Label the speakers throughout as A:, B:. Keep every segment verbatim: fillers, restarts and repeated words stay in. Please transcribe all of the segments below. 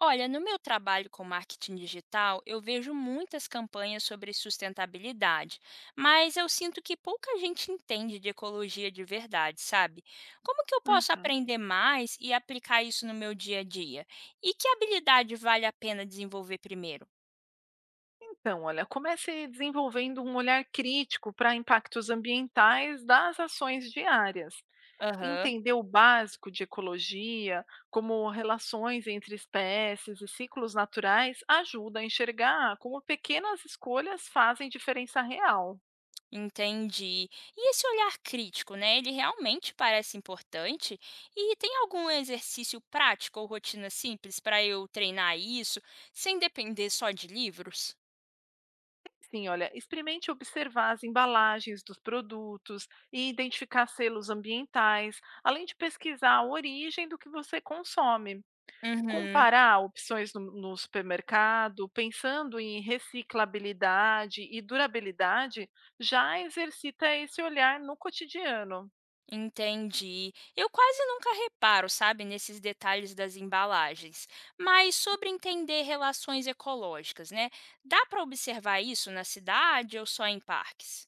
A: Olha, no meu trabalho com marketing digital, eu vejo muitas campanhas sobre sustentabilidade, mas eu sinto que pouca gente entende de ecologia de verdade, sabe? Como que eu posso
B: Uhum.
A: aprender mais e aplicar isso no meu dia a dia? E que habilidade vale a pena desenvolver primeiro?
B: Então, olha, comece desenvolvendo um olhar crítico para impactos ambientais das ações diárias.
A: Aham,
B: Entender o básico de ecologia, como relações entre espécies e ciclos naturais, ajuda a enxergar como pequenas escolhas fazem diferença real.
A: entendi. E esse olhar crítico, né? Ele realmente parece importante? E tem algum exercício prático ou rotina simples para eu treinar isso sem depender só de livros?
B: Sim, olha, experimente observar as embalagens dos produtos e identificar selos ambientais, além de pesquisar a origem do que você consome.
A: Uhum,
B: Comparar opções no no supermercado, pensando em reciclabilidade e durabilidade, já exercita esse olhar no cotidiano.
A: entendi. Eu quase nunca reparo, sabe, nesses detalhes das embalagens. Mas sobre entender relações ecológicas, né? Dá para observar isso na cidade ou só em parques?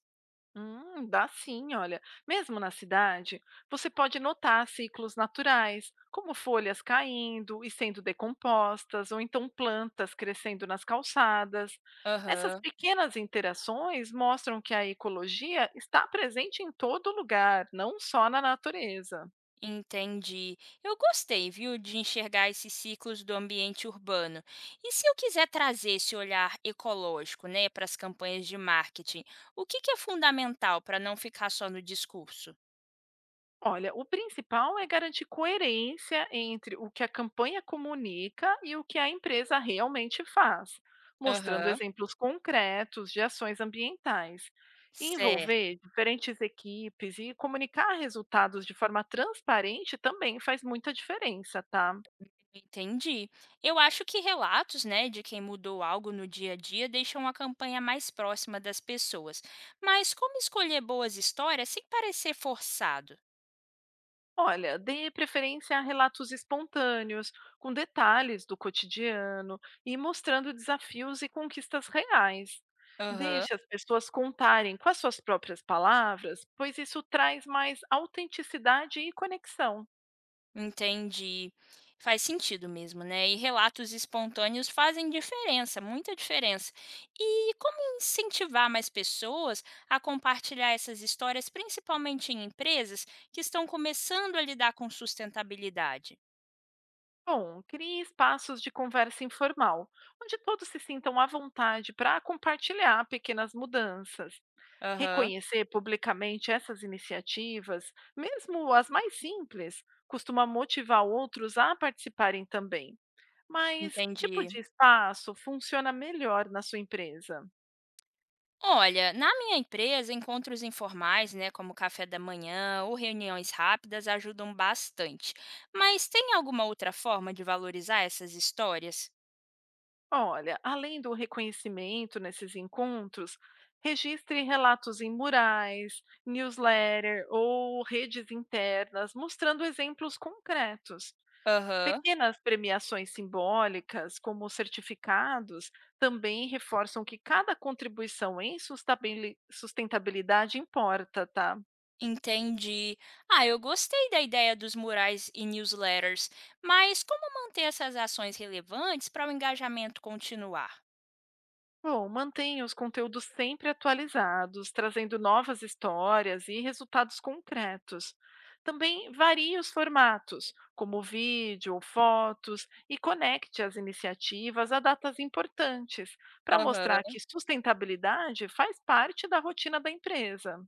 B: Hum, dá sim, olha. Mesmo na cidade, você pode notar ciclos naturais, como folhas caindo e sendo decompostas, ou então plantas crescendo nas calçadas. Essas
A: Aham,
B: pequenas interações mostram que a ecologia está presente em todo lugar, não só na natureza.
A: entendi. Eu gostei, viu, de enxergar esses ciclos do ambiente urbano. E se eu quiser trazer esse olhar ecológico, né, para as campanhas de marketing, o que que é fundamental para não ficar só no discurso?
B: Olha, o principal é garantir coerência entre o que a campanha comunica e o que a empresa realmente faz, mostrando
A: Aham,
B: exemplos concretos de ações ambientais.
A: certo.
B: Envolver diferentes equipes e comunicar resultados de forma transparente também faz muita diferença, tá?
A: Entendi. Eu acho que relatos, né, de quem mudou algo no dia a dia deixam a campanha mais próxima das pessoas. Mas como escolher boas histórias sem parecer forçado?
B: Olha, dê preferência a relatos espontâneos, com detalhes do cotidiano e mostrando desafios e conquistas reais.
A: Aham,
B: Deixe as pessoas contarem com as suas próprias palavras, pois isso traz mais autenticidade e conexão.
A: entendi. Faz sentido mesmo, né? E relatos espontâneos fazem diferença, muita diferença. E como incentivar mais pessoas a compartilhar essas histórias, principalmente em empresas que estão começando a lidar com sustentabilidade?
B: Bom, crie espaços de conversa informal, onde todos se sintam à vontade para compartilhar pequenas mudanças.
A: Aham,
B: Reconhecer publicamente essas iniciativas, mesmo as mais simples, costuma motivar outros a participarem também. Mas que tipo
A: entendi.
B: de espaço funciona melhor na sua empresa?
A: Olha, na minha empresa, encontros informais, né, como café da manhã ou reuniões rápidas ajudam bastante. Mas tem alguma outra forma de valorizar essas histórias?
B: Olha, além do reconhecimento nesses encontros, registre relatos em murais, newsletter ou redes internas, mostrando exemplos concretos.
A: Aham,
B: Pequenas premiações simbólicas, como os certificados, também reforçam que cada contribuição em sustabili- sustentabilidade importa, tá?
A: entendi. Ah, eu gostei da ideia dos murais e newsletters, mas como manter essas ações relevantes para o engajamento continuar?
B: Bom, mantenha os conteúdos sempre atualizados, trazendo novas histórias e resultados concretos. Também varie os formatos, como vídeo ou fotos, e conecte as iniciativas a datas importantes, para mostrar
A: Aham,
B: que sustentabilidade faz parte da rotina da empresa.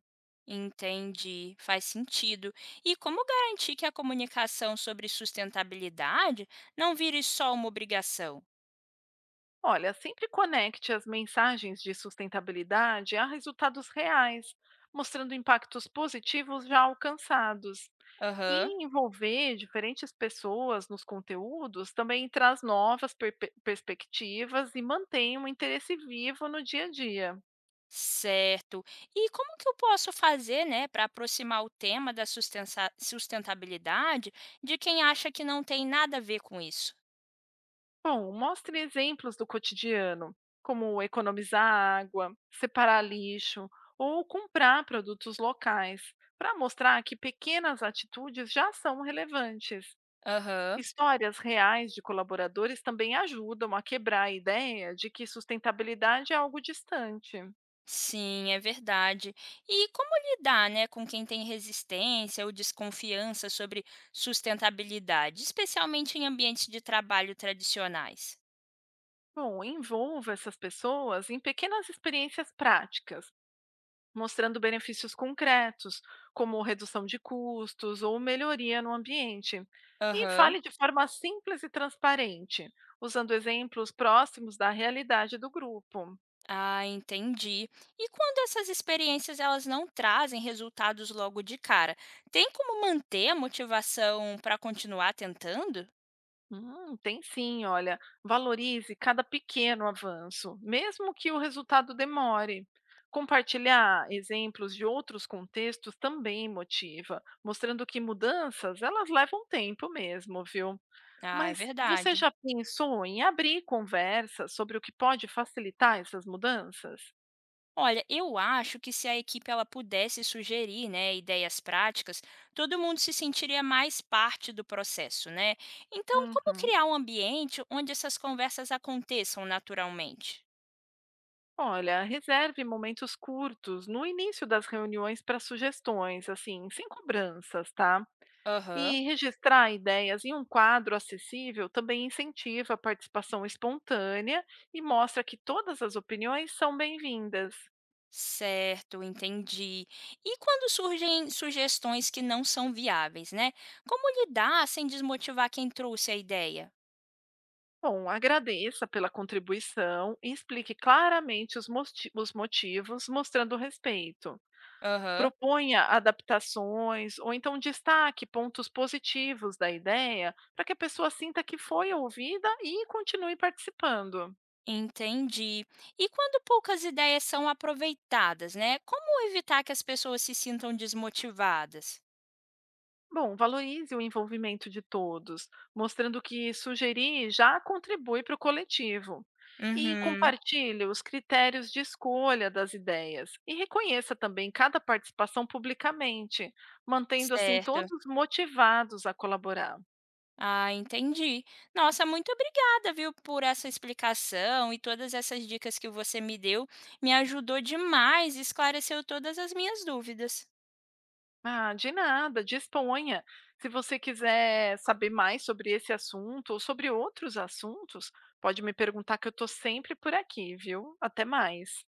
A: entendi. Faz sentido. E como garantir que a comunicação sobre sustentabilidade não vire só uma obrigação?
B: Olha, sempre conecte as mensagens de sustentabilidade a resultados reais, mostrando impactos positivos já alcançados.
A: Aham,
B: E envolver diferentes pessoas nos conteúdos também traz novas perpe- perspectivas e mantém um interesse vivo no dia a dia.
A: certo. E como que eu posso fazer, né, para aproximar o tema da sustensa- sustentabilidade de quem acha que não tem nada a ver com isso?
B: Bom, mostre exemplos do cotidiano, como economizar água, separar lixo ou comprar produtos locais, para mostrar que pequenas atitudes já são relevantes.
A: Aham,
B: Histórias reais de colaboradores também ajudam a quebrar a ideia de que sustentabilidade é algo distante.
A: sim, é verdade. E como lidar, né, com quem tem resistência ou desconfiança sobre sustentabilidade, especialmente em ambientes de trabalho tradicionais?
B: Bom, envolva essas pessoas em pequenas experiências práticas, mostrando benefícios concretos, como redução de custos ou melhoria no ambiente. E
A: Aham.
B: fale de forma simples e transparente, usando exemplos próximos da realidade do grupo.
A: Ah, entendi. E quando essas experiências elas não trazem resultados logo de cara, tem como manter a motivação para continuar tentando?
B: Hum, tem sim, olha. Valorize cada pequeno avanço, mesmo que o resultado demore. Compartilhar exemplos de outros contextos também motiva, mostrando que mudanças, elas levam tempo mesmo, viu?
A: Ah, é
B: Mas você
A: verdade.
B: já pensou em abrir conversas sobre o que pode facilitar essas mudanças?
A: Olha, eu acho que se a equipe ela pudesse sugerir, né, ideias práticas, todo mundo se sentiria mais parte do processo, né? Então, como
B: Uhum.
A: criar um ambiente onde essas conversas aconteçam naturalmente?
B: Olha, reserve momentos curtos no início das reuniões para sugestões, assim, sem cobranças, tá?
A: Aham.
B: E registrar ideias em um quadro acessível também incentiva a participação espontânea e mostra que todas as opiniões são bem-vindas.
A: Certo, entendi. E quando surgem sugestões que não são viáveis, né? Como lidar sem desmotivar quem trouxe a ideia?
B: Bom, agradeça pela contribuição e explique claramente os, moti- os motivos, mostrando respeito.
A: Aham.
B: Proponha adaptações ou então destaque pontos positivos da ideia para que a pessoa sinta que foi ouvida e continue participando.
A: Entendi. E quando poucas ideias são aproveitadas, né? Como evitar que as pessoas se sintam desmotivadas?
B: Bom, valorize o envolvimento de todos, mostrando que sugerir já contribui para o coletivo. E
A: Uhum,
B: compartilhe os critérios de escolha das ideias e reconheça também cada participação publicamente, mantendo assim
A: certo.
B: todos motivados a colaborar.
A: Ah, entendi. Nossa, muito obrigada, viu, por essa explicação e todas essas dicas que você me deu. Me ajudou demais, esclareceu todas as minhas dúvidas.
B: Ah, de nada, disponha. Se você quiser saber mais sobre esse assunto ou sobre outros assuntos, pode me perguntar que eu estou sempre por aqui, viu? Até mais.